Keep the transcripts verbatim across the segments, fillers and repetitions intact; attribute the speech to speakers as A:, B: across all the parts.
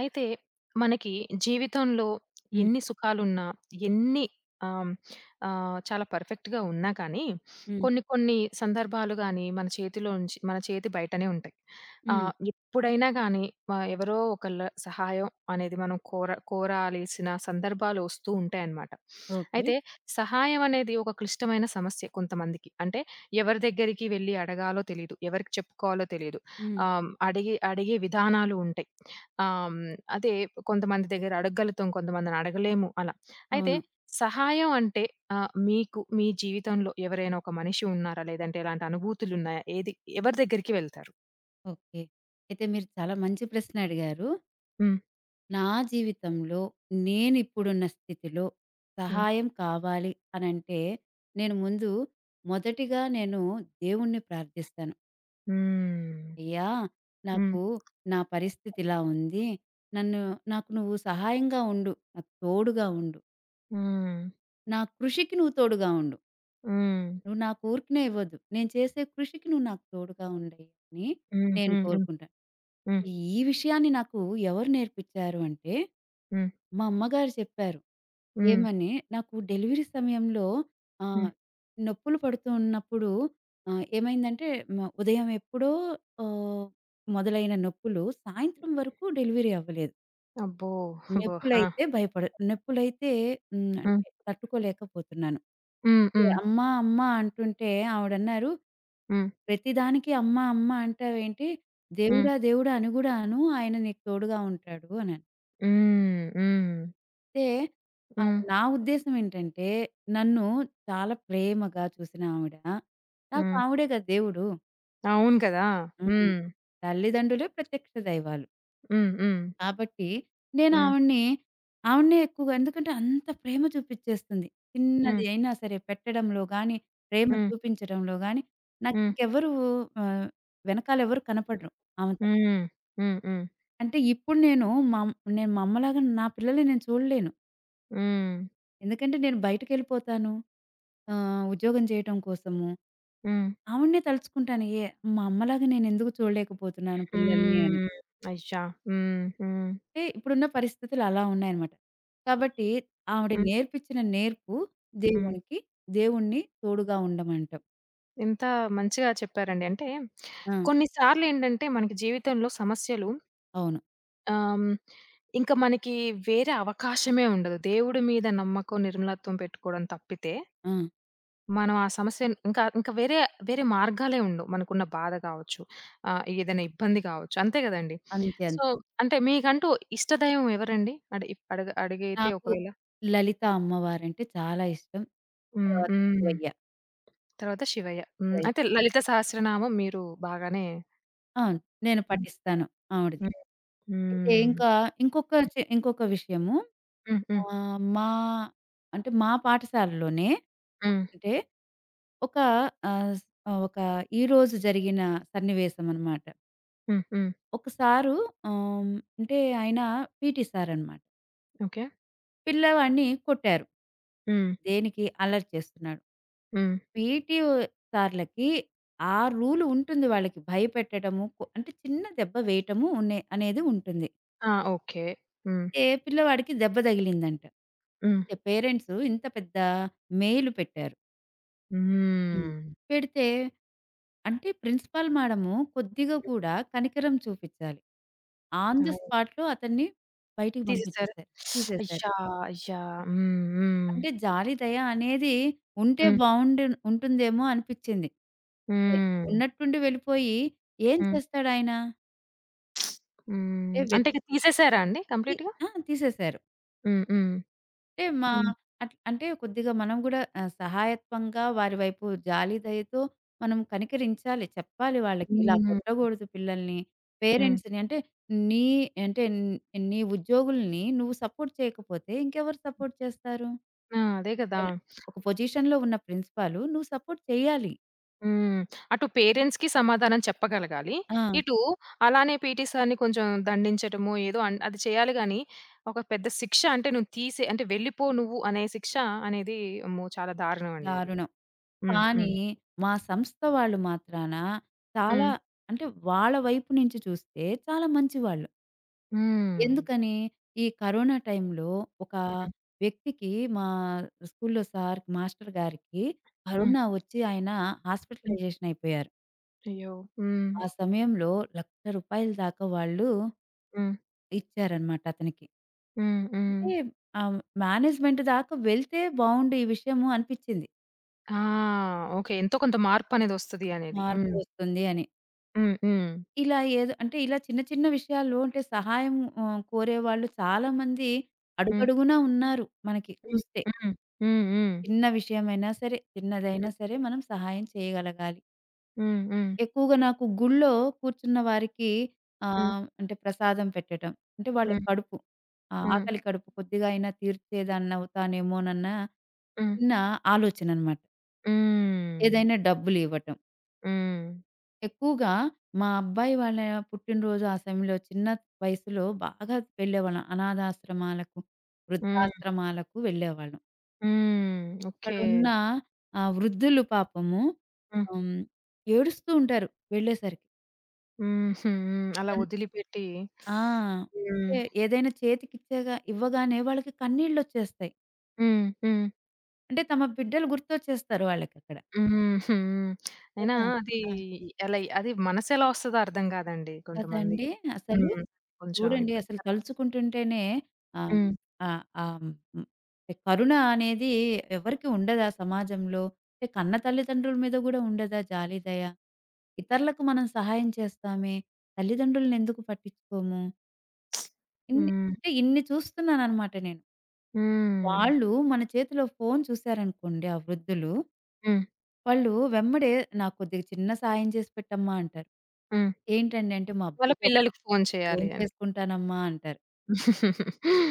A: అయితే మనకి జీవితంలో
B: హ్మ్.
A: ఎన్ని సుఖాలున్నా, ఎన్ని ఆహ్, ఆహ్, చాలా పర్ఫెక్ట్‌గా ఉన్నా కానీ,
B: హ్మ్.
A: కొన్ని కొన్ని సందర్భాలు గాని మన చేతిలోంచి మన చేతి బయటనే ఉంటాయి.
B: హ్మ్.
A: ఆహ్, ఎప్పుడైనా గాని వ ఎవరో ఒకళ్ళ సహాయం అనేది మనం కోర కోరాల్సిన సందర్భాలు వస్తూ ఉంటాయన్నమాట.
B: ఓకే.
A: అయితే సహాయం అనేది ఒక క్లిష్టమైన సమస్య కొంతమందికి. అంటే ఎవరి దగ్గరికి వెళ్లి అడగాలో తెలీదు. ఎవరికి చెప్పుకోవాలో తెలీదు.
B: హ్మ్.
A: ఆహ్, అడిగే అడిగే విధానాలు ఉంటాయి. ఆహ్, హ్మ్. అదే కొంతమంది దగ్గర అడగగలుగుతాం. కొంతమందిని అడగలేము అలా. అయితే
B: అవును.
A: సహాయం అంటే ఆహ్, మీకు మీ జీవితంలో ఎవరైనా ఒక మనిషి ఉన్నారా? లేదంటే ఎలాంటి అనుభూతులున్నాయా? ఏది ఎవరి దగ్గరికి వెళ్తారు?
B: ఓకే. అయితే మీరు చాలా మంచి ప్రశ్న అడిగారు.
A: హ్మ్.
B: నా జీవితంలో నేనిప్పుడున్న స్థితిలో
A: హ్మ్.
B: సహాయం కావాలి అనంటే, నేను ముందు మొదటిగా నేను దేవుణ్ణి ప్రార్థిస్తాను.
A: హ్మ్.
B: అయ్యా!
A: హ్మ్.
B: నాకు నా పరిస్థితి ఇలా ఉంది. నన్ను నాకు నువ్వు సహాయంగా ఉండు. నాకు తోడుగా ఉండు.
A: హ్మ్.
B: నా కృషికి నువ్వు తోడుగా ఉండు.
A: హ్మ్.
B: నువ్వు నాకు ఊరికనే ఇవ్వద్దు. నేను చేసే కృషికి నువ్వు నాకు తోడుగా ఉండయ్యా అని
A: హ్మ్.
B: నేను
A: హ్మ్. హ్మ్.
B: కోరుకుంటాను.
A: హ్మ్.
B: ఈ విషయాన్ని నాకు ఎవరు నేర్పించారు అంటే,
A: హ్మ్.
B: మా అమ్మగారు చెప్పారు.
A: హ్మ్.
B: ఏమని, నాకు డెలివరీ సమయంలో ఆహ్,
A: హ్మ్.
B: నొప్పులు పడుతూ ఉన్నప్పుడు ఆహ్, ఏమైందంటే మ ఉదయం ఎప్పుడో ఆహ్, మొదలైన నొప్పులు సాయంత్రం వరకు డెలివరీ అవ్వలేదు.
A: అబ్బో! అబ్బో! ఆ!
B: నొప్పులైతే భయపడ నొప్పులైతే హ్మ్.
A: హ్మ్.
B: అంటే తట్టుకోలేకపోతున్నాను.
A: హ్మ్. హ్మ్.
B: "అమ్మ, అమ్మ" అంటుంటే ఆవిడన్నారు,
A: హ్మ్.
B: ప్రతిదానికి అమ్మ, అమ్మ అంటావేంటి?
A: హ్మ్.
B: దేవుడా, దేవుడా అని గూడా అను. ఆయన నీకు తోడుగా ఉంటాడు అనని.
A: హ్మ్. హ్మ్.
B: అయితే ఆహ్,
A: హ్మ్.
B: నా ఉద్దేశ్యం ఏంటంటే, నన్ను చాలా ప్రేమగా చూసిన ఆవిడ, నాకు
A: హ్మ్.
B: ఆవిడే కదా దేవుడు.
A: అవును కదా!
B: హ్మ్.
A: హ్మ్.
B: తల్లిదండ్రులే ప్రత్యక్ష దైవాలు.
A: హ్మ్. హ్మ్.
B: కాబట్టి నేను
A: హ్మ్.
B: ఆవిడని, ఆవిడనే ఎక్కువగా ఎందుకంటే అంత ప్రేమ చూపిచ్చేస్తుంది.
A: హ్మ్.
B: చిన్నది అయినా సరే పెట్టడంలో గానీ, ప్రేమ
A: హ్మ్.
B: చూపించడంలో గానీ,
A: హ్మ్.
B: నాకింకెవ్వరు ఆహ్, వెనకాలెవరు కనపడరు ఆమె తప్ప.
A: హ్మ్. హ్మ్. హ్మ్.
B: అంటే ఇప్పుడు నేను మా నేను మా అమ్మలాగా నా పిల్లల్ని నేను చూడలేను.
A: హ్మ్.
B: ఎందుకంటే నేను బయటికెళ్ళిపోతాను. ఆహ్, ఉద్యోగం చేయటం కోసము.
A: హ్మ్.
B: ఆవిడనే తలుచుకుంటాను. ఏ మా అమ్మలాగా నేనెందుకు చూడలేకపోతున్నాను పిల్లల్ని అని.
A: హ్మ్. అయ్యా! హ్మ్. హ్మ్.
B: అంటే ఇప్పుడున్న పరిస్థితులు అలా ఉన్నాయన్నమాట. కాబట్టి ఆవిడ
A: హ్మ్.
B: నేర్పించిన నేర్పు
A: హ్మ్.
B: దేవునికి, దేవుడిని తోడుగా ఉండమంటాం.
A: ఎంత మంచిగా చెప్పారండి. అంటే
B: ఆ!
A: కొన్నిసార్లేంటంటే మనకి జీవితంలో సమస్యలు
B: అవును.
A: ఆహ్, ఇంకా మనకి వేరే అవకాశమే ఉండదు. దేవుడి మీద నమ్మకం, నిర్మలత్వం పెట్టుకోవడం తప్పితే
B: ఆ!
A: మనం ఆ సమస్యను ఇంకా ఇంకా వేరే వేరే మార్గాలే ఉండవు. మనకున్న బాధ కావచ్చు, ఆహ్, ఏదైనా ఇబ్బంది కావచ్చు. అంతే కదండీ!
B: అంతే
A: సో,
B: అంతే.
A: అంటే మీకంటూ ఇష్టదైవం ఎవరండి? అడి అడగ అడిగితే
B: నాకు
A: ఒకవేళ?
B: లలిత అమ్మవారంటే చాలా ఇష్టం.
A: హ్మ్.
B: తర్వాత
A: హ్మ్.
B: శివయ్య.
A: తర్వాత 'శివయ్య'. హ్మ్.
B: శివయ్య.
A: అయితే 'లలిత సహస్రనామం' మీరు బాగానే
B: అవును. నేను
A: హ్మ్.
B: పఠిస్తాను ఆవిడది.
A: హ్మ్.
B: అయితే
A: హ్మ్.
B: ఇంకా ఇంకొక
A: హ్మ్.
B: చె ఇంకొక విషయము.
A: హ్మ్.
B: ఆహ్, మా అంటే మా పాఠశాలలోనే
A: హ్మ్.
B: అంటే ఒక ఆహ్, స్ ఆ, ఒక ఈరోజు జరిగిన సన్నివేశం అనమాట.
A: హ్మ్. హ్మ్.
B: ఒక సారు, ఆహ్, అంటే ఆయన పీటీ సారనమాట.
A: ఓకే.
B: పిల్లవాడిని కొట్టారు.
A: హ్మ్.
B: దేనికి? అల్లరి చేస్తున్నాడు.
A: హ్మ్.
B: పీటీ సార్లకి ఆ రూల్ ఉంటుంది వాళ్ళకి. భయపెట్టడము, కొ అంటే చిన్న దెబ్బ వేయటము ఉన్నే అనేది ఉంటుంది.
A: ఆ! ఓకే. హ్మ్.
B: ఏ పిల్లవాడికి దెబ్బ తగిలిందంట.
A: హ్మ్.
B: పేరెంట్స్ ఇంత పెద్ద మెయిల్ పెట్టారు. హ్మ్.
A: హ్మ్.
B: పెడితే అంటే ప్రిన్సిపాల్ మేడము కొద్దిగా కూడా కనికరం చూపించాలి. ఆన్ ది
A: అవును.
B: స్పాట్‌లో అతన్ని బయటికి
A: తీసేసారు.
B: పంపించేసారు. తీసేశారు.
A: అయ్యా! అయ్యా! హ్మ్. హ్మ్.
B: అంటే జాలి, దయ అనేది ఉంటే
A: హ్మ్.
B: బావుండు ఉంటుందేమో అనిపించింది. ఏ,
A: హ్మ్.
B: ఉన్నట్టుండి వెళ్ళిపోయి ఏం
A: హ్మ్.
B: చేస్తాడాయన? అంటే
A: హ్మ్. అంటే
B: వెతుక్కి
A: ఇక తీసేసారా అండి కంప్లీట్‌గా?
B: ఆ! తీసేశారు.
A: హ్మ్. హ్మ్.
B: అంటే మా
A: హ్మ్.
B: అట్ అంటే కొద్దిగా మనం గూడా ఆహ్, సహాయత్వంగా వారి వైపు జాలి, దయతో మనం కనికరించాలి. చెప్పాలి వాళ్ళకి, ఇలా
A: హ్మ్.
B: కొట్టకూడదు పిల్లల్ని.
A: హ్మ్.
B: పేరెంట్స్‌ని అంటే నీ అంటే న్- నీ ఉద్యోగుల్ని నువ్వు సపోర్ట్ చేయకపోతే ఇంకెవరు సపోర్ట్ చేస్తారు?
A: ఆ! అదే కదా!
B: పిల్ల- ఒక పొజిషన్‌లో ఉన్న ప్రిన్సిపాలు నువ్వు సపోర్ట్ చేయాలి.
A: హ్మ్. అటు పేరెంట్స్‌కి సమాధానం చెప్పగలగాలి.
B: ఆ!
A: ఇటు అలానే పీటీ సార్‌ని కొంచెం దండించటమో ఏదో అన్ అది చేయాలి గానీ, ఒక పెద్ద శిక్ష అంటే నువ్వు తీసే అంటే వెళ్ళిపో నువ్వు అనే శిక్ష అనేది అమ్మో! చాలా దారుణం అండి అది.
B: దారుణం.
A: హ్మ్.
B: కానీ
A: హ్మ్.
B: మా సంస్థ వాళ్ళు మాత్రాన చాలా
A: హ్మ్.
B: అంటే వాళ్ళ వైపు నుంచి చూస్తే చాలా మంచివాళ్ళు.
A: హ్మ్.
B: ఎందుకని? ఈ కరోనా టైంలో ఒక హ్మ్.
A: హ్మ్.
B: వ్యక్తికి, మా స్కూల్‌లో సార్ మాస్టర్ గారికి
A: హ్మ్.
B: కరోనా వచ్చి ఆయన
A: హ్మ్.
B: హాస్పిటలైజేషన్ అయిపోయారు.
A: అయ్యో! హ్మ్.
B: ఆ సమయంలో ఒక లక్ష రూపాయల దాకా వాళ్ళు
A: హ్మ్.
B: ఇచ్చారనమాట అతనికి.
A: హ్మ్. హ్మ్.
B: అంటే ఆహ్, మేనేజ్మెంట్ దాకా వెళ్తే బావుండు ఈ విషయము అనిపిచ్చింది.
A: ఆ! ఓకే. ఎంతో కొంత మార్పనేదొస్తది అనేది.
B: మార్పు
A: హ్మ్.
B: వస్తుంది అని.
A: హ్మ్. హ్మ్.
B: ఇలా ఏదో అంటే ఇలా చిన్న చిన్న విషయాల్లో అంటే సహాయం ఆహ్, కోరేవాళ్ళు చాలామంది
A: హ్మ్.
B: అడుగడుగునా ఉన్నారు మనకి
A: హ్మ్.
B: చూస్తే.
A: హ్మ్. హ్మ్. హ్మ్.
B: చిన్న విషయమైనా సరే, చిన్నదైనా సరే మనం సహాయం చేయగలగాలి.
A: హ్మ్. హ్మ్.
B: ఎక్కువగా నాకు గుళ్ళో కూర్చున్న వారికి
A: హ్మ్.
B: ఆహ్, అంటే ప్రసాదం పెట్టటం. అంటే వాళ్ళ
A: హ్మ్. హ్మ్.
B: కడుపు ఆహ్,
A: హ్మ్.
B: ఆకలి కడుపు కొద్దిగా అయినా తీర్చేదాన్నవుతానేమోనన్న
A: హ్మ్.
B: చిన్న ఆలోచననమాట.
A: హ్మ్.
B: ఏదైనా డబ్బులివ్వటం.
A: హ్మ్.
B: ఎక్కువగా మా అబ్బాయి వాళ్ళ పుట్టినరోజు ఆ సమయంలో చిన్న వయసులో బాగా వెళ్ళేవాళ్ళం. అనాథాశ్రమాలకు,
A: హ్మ్.
B: వృద్ధాశ్రమాలకు వెళ్ళేవాళ్ళం.
A: హ్మ్. ఓకే.
B: అక్కడున్న ఆ వృద్ధులు పాపము
A: హ్మ్.
B: హ్మ్. ఏడుస్తూ ఉంటారు వెళ్ళేసరికి.
A: హుహు. అలా
B: అన్
A: వదిలిపెట్టి
B: ఆ!
A: హ్మ్.
B: అంటే ఏదైనా చేతికిచ్చేగా ఇవ్వగానే వాళ్ళకి కన్నీళ్ళొచ్చేస్తాయి.
A: హ్మ్. హ్మ్.
B: అంటే తమ బిడ్డలు గుర్తొచ్చేస్తారు వాళ్ళకక్కడ.
A: హ్మ్. హ్మ్. అయినా
B: కదా!
A: అది
B: ఆ!
A: ఎలా అది మనసెలా వస్తదో అర్థం కాదండి కొంతమంది.
B: కదండీ అసలు.
A: హ్మ్. కొంచెం
B: చూడండి అసలు
A: ఇబ్బందికరం.
B: తలుచుకుంటుంటేనే ఆహ్,
A: హ్మ్.
B: ఆహ్, ఆహ్, హ్మ్. కరుణ అనేది ఎవరికీ ఉండదా సమాజంలో? అంటే కన్న తల్లిదండ్రుల మీద గూడా ఉండదా జాలి, దయ? ఇతరులకు మనం సహాయం చేస్తామే. తల్లిదండ్రులనెందుకు పట్టించుకోము? ఇన్ని
A: హ్మ్.
B: అంటే ఇన్ని చూస్తున్నాననమాట నేను.
A: హ్మ్.
B: వాళ్ళు మన చేతిలో ఫోను చూసారనుకోండి ఆ వృద్ధులు,
A: హ్మ్.
B: వాళ్ళు వెంబడే నాకు కొద్దిగా చిన్న సాయం చేసి పెట్టమ్మా అంటారు.
A: హ్మ్.
B: ఏంటండి అంటే మా
A: వాళ్ళ
B: అబ్బాయికి ఒక
A: పిల్లలకి ఫోను చేయాలి
B: ఫోను
A: అని.
B: చేసుకుంటానమ్మా అంటారు.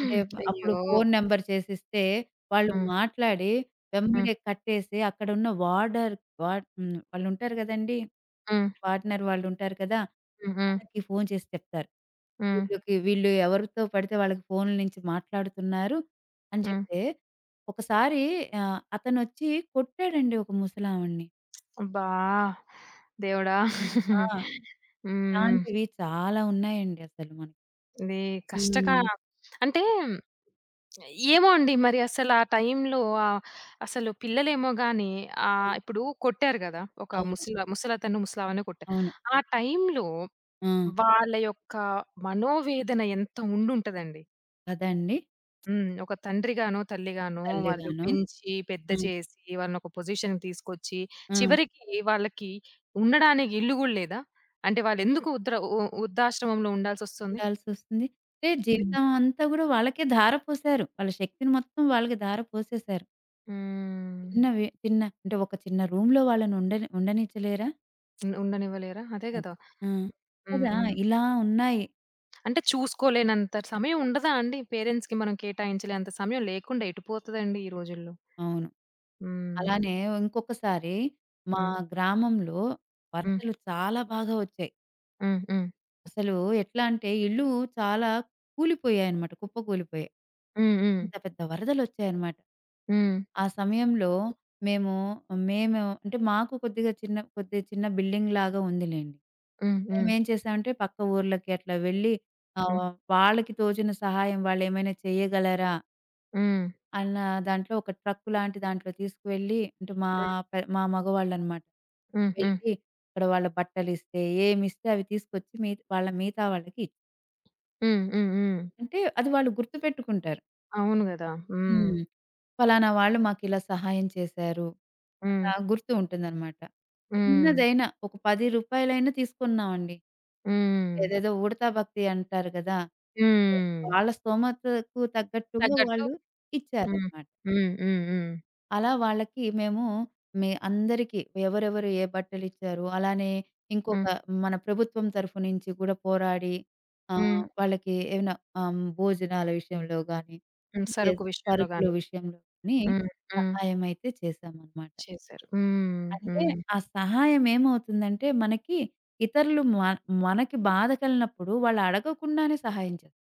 B: అంటే అప్పుడు
A: అయ్యో!
B: ఫోను నంబర్ చేసిస్తే వాళ్ళు
A: హ్మ్.
B: మాట్లాడి
A: హ్మ్.
B: వెంబడే కట్టేసి అక్కడున్న వార్డర్, వార్డ్ హ్మ్. వాళ్ళుంటారు గదండీ.
A: హ్మ్.
B: పార్ట్‌నర్ వాళ్ళుంటారు కదా!
A: హ్మ్. హ్మ్.
B: వాళ్ళకి ఫోను చేసి చెప్తారు.
A: హ్మ్.
B: వీళ్ళకి వీళ్ళు ఎవరితో పడితే వాళ్ళకి ఫోన్ల నుంచి మాట్లాడుతున్నారు అని
A: హ్మ్.
B: చెప్తే, ఒకసారి ఆహ్, అతనొచ్చి కొట్టాడండి ఒక ముసలావిడని.
A: అబ్బా! దేవుడా!
B: ఆ!
A: హ్మ్.
B: ఇలాంటివి చాలా ఉన్నాయండి అసలు మనకి.
A: ఇది కష్టకా
B: హ్మ్.
A: అంటే ఏమో అండి మరి అసలు ఆ టైంలో ఆహ్, అసలు పిల్లలేమో గాని ఆహ్,
B: అవును.
A: ఇప్పుడు కొట్టారు గదా! ఒక
B: అవును.
A: ముసల ముసలతను, ముసలామెను కొట్టారు.
B: అవును.
A: ఆ టైంలో
B: ఆ!
A: వాళ్ళ యొక్క మనోవేదన ఎంత ఉండుంటదండి.
B: కదండీ!
A: హ్మ్. ఒక తండ్రిగానో, తల్లిగానో వాళ్ళు
B: తల్లిగాను.
A: పెంచి, పెద్ద
B: ఆ!
A: చేసి, వాళ్ళనొక పొజిషన్‌కి తీసుకొచ్చి,
B: ఆ!
A: చివరికి వాళ్ళకి ఉండడానికి ఇల్లు గూడా లేదా? అంటే వాళ్ళెందుకు ఉద్ర ఉ వృద్ధాశ్రమంలో ఉండాల్సొస్తుంది?
B: ఉండాల్సొస్తుంది. అంటే
A: హ్మ్.
B: జీవితం అంతా గూడా వాళ్ళకే ధార పోసారు. వాళ్ళ శక్తిని మొత్తం వాళ్ళకి ధార పోసేసారు.
A: హ్మ్.
B: చిన్న వే చిన్న అంటే ఒక చిన్న రూమ్‌లో వాళ్ళని ఉండని ఉండనిచ్చలేరా?
A: ఉన్ ఉండనివ్వలేరా? అదే
B: అది.
A: గదా!
B: ఆ!
A: హ్మ్.
B: కదా!
A: హ్మ్.
B: ఇలా ఉన్నాయి.
A: అంటే చూసుకోలేనంత సమయం ఉండదా అండి? పేరెంట్స్‌కి మనం కేటాయించలేనంత సమయం లేకుండా ఎటు పోతదండి ఈ రోజుల్లో?
B: అవును.
A: హ్మ్.
B: అలానే ఇంకొకసారి మా
A: హ్మ్.
B: గ్రామంలో
A: హ్మ్.
B: వరదలు చాలా బాగా వచ్చాయి.
A: హ్మ్. హ్మ్.
B: అసలు ఎట్లా అంటే ఇల్లు చాలా కూలిపోయాయన్నమాట. కుప్పకూలిపోయాయి.
A: హ్మ్.
B: అంత పెద్ద వరదలొచ్చాయన్నమాట.
A: హ్మ్.
B: ఆ సమయంలో మేము మేము అంటే మాకు కొద్దిగా చిన్న కొద్దిగా చిన్న బిల్డింగ్ లాగా ఉందిలెండి.
A: హ్మ్. హ్మ్. హ్మ్.
B: మేమేం చేసామంటే పక్క ఊర్లకి అట్లా వెళ్ళి ఆహ్,
A: హ్మ్.
B: వాళ్ళకి తోచిన సహాయం వాళ్ళేమైనా చేయగలరా
A: హ్మ్.
B: అన్న దాంట్లో ఒక ట్రక్ లాంటి దాంట్లో తీసుకువెళ్ళి అంటే మా
A: హ్మ్.
B: పె మా మగవాళ్ళనమాట.
A: హ్మ్. హ్మ్.
B: వెళ్ళి అక్కడ వాళ్ళ బట్టలిస్తే ఏమిస్తే అవి తీసుకొచ్చి మి వాళ్ళ మిగతా వాళ్ళకి ఇ
A: హ్మ్. హ్మ్. హ్మ్.
B: అంటే అది వాళ్ళు గుర్తుపెట్టుకుంటారు.
A: అవును గదా! హ్మ్.
B: హ్మ్. ఫలానా వాళ్ళు మాకిలా సహాయం చేశారు.
A: హ్మ్.
B: అలా గుర్తు ఉంటుందనమాట. హ్మ్.
A: హ్మ్.
B: చిన్నదైనా ఒక పది రూపాయల తీసుకున్నామండి.
A: హ్మ్.
B: ఏదేదో ఉడతా భక్తి అంటారు గదా!
A: హ్మ్.
B: వాళ్ళ స్తోమతకు తగ్గట్టుగా
A: తగ్గట్టు
B: వాళ్ళు
A: హ్మ్.
B: ఇచ్చారనమాట.
A: హ్మ్. హ్మ్. హ్మ్.
B: అలా వాళ్ళకి మేము మీ అందరికీ ఎవరెవరు ఏ బట్టలిచ్చారు, అలానే ఇంకొక,
A: హ్మ్.
B: మన ప్రభుత్వం తరఫు నుంచి గూడా పోరాడి
A: హ్మ్.
B: ఆహ్, వాళ్ళకి ఏమైనా ఆహ్, భోజనాల విషయంలో గానీ,
A: హ్మ్.
B: ఇంకే
A: సరుకు విషయంలో
B: సరుకుల
A: గాని.
B: విషయంలో గానీ
A: హ్మ్. హ్మ్.
B: సహాయమైతే చేశామనమాట.
A: చేశారు. హ్మ్.
B: అంటే
A: హ్మ్.
B: ఆ సహాయం ఏమవుతుందంటే మనకి ఇతరులు మ మనకి బాధ కలిగినప్పుడు వాళ్ళు అడగకుండానే సహాయం చేస్తారు.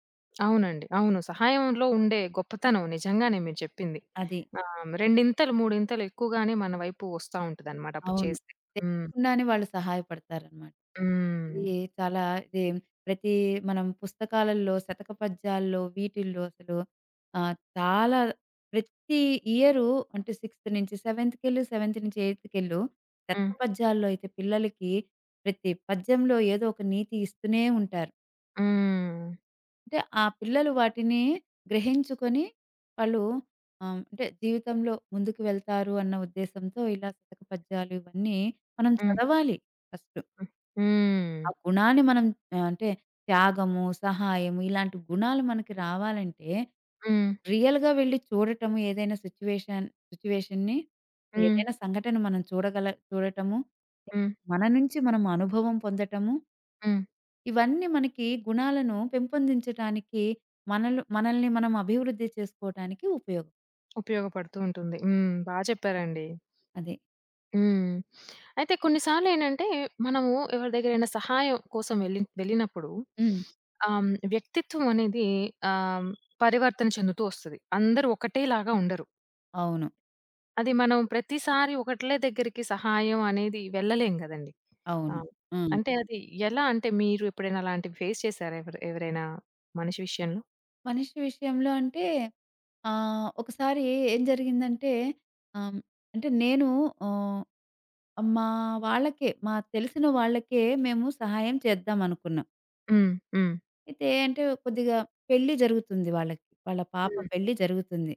A: అవునండి. అవును. సహాయంలో ఉండే గొప్పతనం నిజంగానే మీరు చెప్పింది.
B: అది.
A: ఆహ్, రెండింతలు, మూడింతలు ఎక్కువగానే మన వైపు వస్తా ఉంటదన్నమాట అప్పుడు
B: అవును.
A: చేస్తే. హ్మ్.
B: తెలియకుండానే వాళ్ళు సహాయపడతారనమాట.
A: హ్మ్.
B: ఇది చాలా ఇది ప్రతి మనం పుస్తకాలలో, శతక పద్యాల్లో వీటిల్లో అసలు ఆహ్, చాలా ప్రతి ఇయరు అంటే సిక్స్త్ నుంచి సెవెంత్‌కెళ్ళు, సెవెంత్ నుంచి ఎయిత్‌కెళ్ళు శతక
A: హ్మ్.
B: పద్యాల్లో అయితే పిల్లలకి ప్రతి పద్యంలో ఏదో ఒక నీతి ఇస్తూనే ఉంటారు.
A: హ్మ్.
B: అంటే ఆ పిల్లలు వాటిని గ్రహించుకొని వాళ్ళు ఆహ్, అంటే జీవితంలో ముందుకు వెళ్తారు అన్న ఉద్దేశంతో ఇలా శతక పద్యాలు ఇవన్నీ మనం
A: హ్మ్.
B: చదవాలి ఫస్టు.
A: హ్మ్. హ్మ్.
B: ఆ గుణాన్ని మనం ఆహ్, అంటే త్యాగము, సహాయము ఇలాంటి గుణాలు మనకి రావాలంటే
A: హ్మ్.
B: రియల్‌గా వెళ్లి చూడటము, ఏదైనా సిట్యుయేషన్ సిట్యుయేషన్‌ని,
A: హ్మ్.
B: ఏదైనా సంఘటన మనం చూడగల చూడటము,
A: హ్మ్.
B: మన నుంచి మనం అనుభవం పొందటము
A: హ్మ్.
B: ఇవన్నీ మనకి గుణాలను పెంపొందించటానికి, మనలు మనల్ని మనం అభివృద్ధి చేసుకోవటానికి ఉపయోగం.
A: ఉపయోగపడుతూ ఉంటుంది. హ్మ్. బా చెప్పారండి.
B: అది.
A: హ్మ్. అయితే కొన్నిసార్లేంటంటే, మనము ఎవరి దగ్గరైనా సహాయం కోసం వెళ్ళి వెళ్ళినప్పుడు
B: హ్మ్.
A: ఆహ్, హ్మ్, వ్యక్తిత్వం అనేది ఆహ్, హ్మ్, పరివర్తన చెందుతూ వస్తది. అందరూ ఒకటేలాగా ఉండరు.
B: అవును.
A: అది మనం ప్రతిసారి ఒకట్లే దగ్గరికి సహాయం అనేది వెళ్ళలేం గదండీ! ఆ!
B: అవును. హ్మ్.
A: అంటే అది ఎలా అంటే మీరు ఎప్పుడైనా అలాంటివి ఫేస్ చేసారా? ఎవరు ఎవరైనా మనిషి విషయంలో?
B: మనిషి విషయంలో అంటే ఆహ్, ఒకసారి ఏం జరిగిందంటే, ఆహ్, అంటే నేను ఆహ్, మా వాళ్ళకే మా తెలిసిన వాళ్ళకే మేము సహాయం చేద్దామనుకున్నాం.
A: హ్మ్. హ్మ్.
B: అయితే అంటే కొద్దిగా పెళ్లి జరుగుతుంది వాళ్ళకి. వాళ్ళ పాప
A: హ్మ్.
B: పెళ్లి జరుగుతుంది.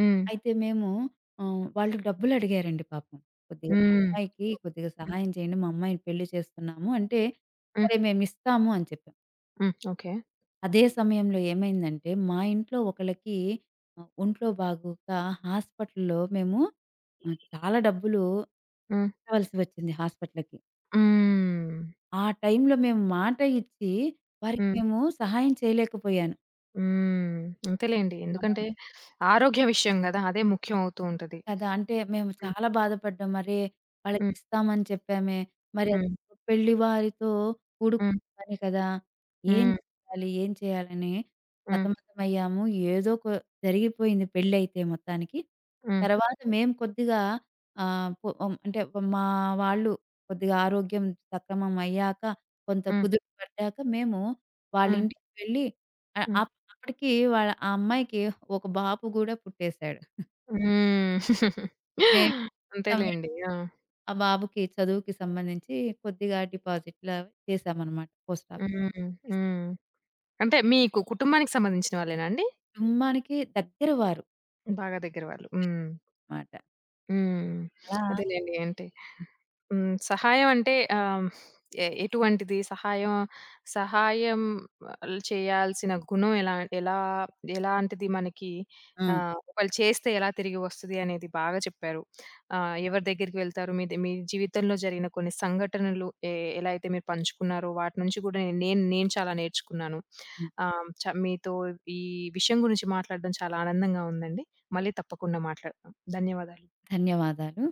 A: హ్మ్.
B: అయితే మేము ఆహ్, వాళ్ళు డబ్బులడిగారండి పాపం. కొద్దిగా మా
A: హ్మ్.
B: అమ్మాయికి కొద్దిగా
A: హ్మ్.
B: సహాయం చేయండి. మా అమ్మాయిని పెళ్లి చేస్తున్నాము అంటే,
A: హ్మ్.
B: సరే మేమిస్తాము అని చెప్పాం.
A: హ్మ్. ఓకే.
B: అదే సమయంలో ఏమైందంటే మా ఇంట్లో ఒకళ్ళకి ఆహ్, ఒంట్లో బాగోక హాస్పిటల్‌లో మేము ఆహ్, చాలా డబ్బులు
A: హ్మ్.
B: కట్టవలసి వచ్చింది హాస్పిటల్‌కి.
A: హ్మ్.
B: ఆ టైంలో మేము మాట ఇచ్చి వారికి
A: హ్మ్.
B: మేము సహాయం చేయలేకపోయాను.
A: హ్మ్. అంతేలేండి.
B: ఆ!
A: ఎందుకంటే ఆరోగ్య విషయం గదా! అదే ముఖ్యం అవుతూ ఉంటది.
B: కదా! అంటే మేము
A: హ్మ్.
B: చాలా బాధపడ్డాం. మరే
A: హ్మ్.
B: వాళ్ళకిస్తామని చెప్పామే. మరి అది
A: హ్మ్.
B: పెళ్లి వారితో కూడుకున్న
A: హ్మ్.
B: పని కదా! ఏం
A: హ్మ్.
B: చేయాలి? ఏం చేయాలని
A: హ్మ్.
B: సతమతమయ్యాము. ఏదో కొ జరిగిపోయింది పెళ్లయితే మొత్తానికి.
A: హ్మ్.
B: తర్వాత మేము కొద్దిగా ఆహ్, పొ హ్మ్, అంటే మా వాళ్ళు కొద్దిగా ఆరోగ్యం సక్రమం అయ్యాక, కొంత
A: హ్మ్.
B: కుదుట పడ్డాక మేము
A: హ్మ్.
B: వాళ్ళింటికి వెళ్ళి, ఆహ్,
A: హ్మ్.
B: అప్ అప్పటికి వాళ్ళ ఆ అమ్మాయికి ఒక బాబు గూడా పుట్టేసాడు.
A: హ్మ్.
B: మేము
A: అంతేలేండి. ఆ!
B: ఆ బాబుకి చదువుకి సంబంధించి కొద్దిగా డిపాజిట్‌ల చేశామనమాట పోస్ట్ ఆఫీస్‌కి.
A: హ్మ్. హ్మ్. అంటే మీకు కుటుంబానికి సంబంధించిన వాళ్ళేనా అండి?
B: కుటుంబానికి దగ్గర వారు
A: బాగా దగ్గర వాళ్ళు. హ్మ్.
B: మాట.
A: హ్మ్.
B: అలా ఆ!
A: అదేలెండి. అంటే హ్మ్. సహాయం అంటే ఆహ్, ఎ ఎటువంటిది? సహాయం సహాయం ఆల్ చేయాల్సిన గుణం ఎలా ఎలా ఎలాంటిది మనకి
B: హ్మ్.
A: ఆహ్, ఒకళ్ళు చేస్తే ఎలా తిరిగి వస్తది అనేది బాగా చెప్పారు. ఆహ్, ఎవరి దగ్గరికి వెళ్తారు? మీ ద మీ జీవితంలో జరిగిన కొన్ని సంఘటనలు ఎ ఎలా అయితే మీరు పంచుకున్నారో వాటి నుంచి కూడా నేను నేను చాలా నేర్చుకున్నాను. ఆహ్, చ మీతో ఈ విషయం గురించి మాట్లాడడం చాలా ఆనందంగా ఉందండి. మళ్ళీ తప్పకుండా మాట్లాడదాం. ధన్యవాదాలు.
B: ధన్యవాదాలు.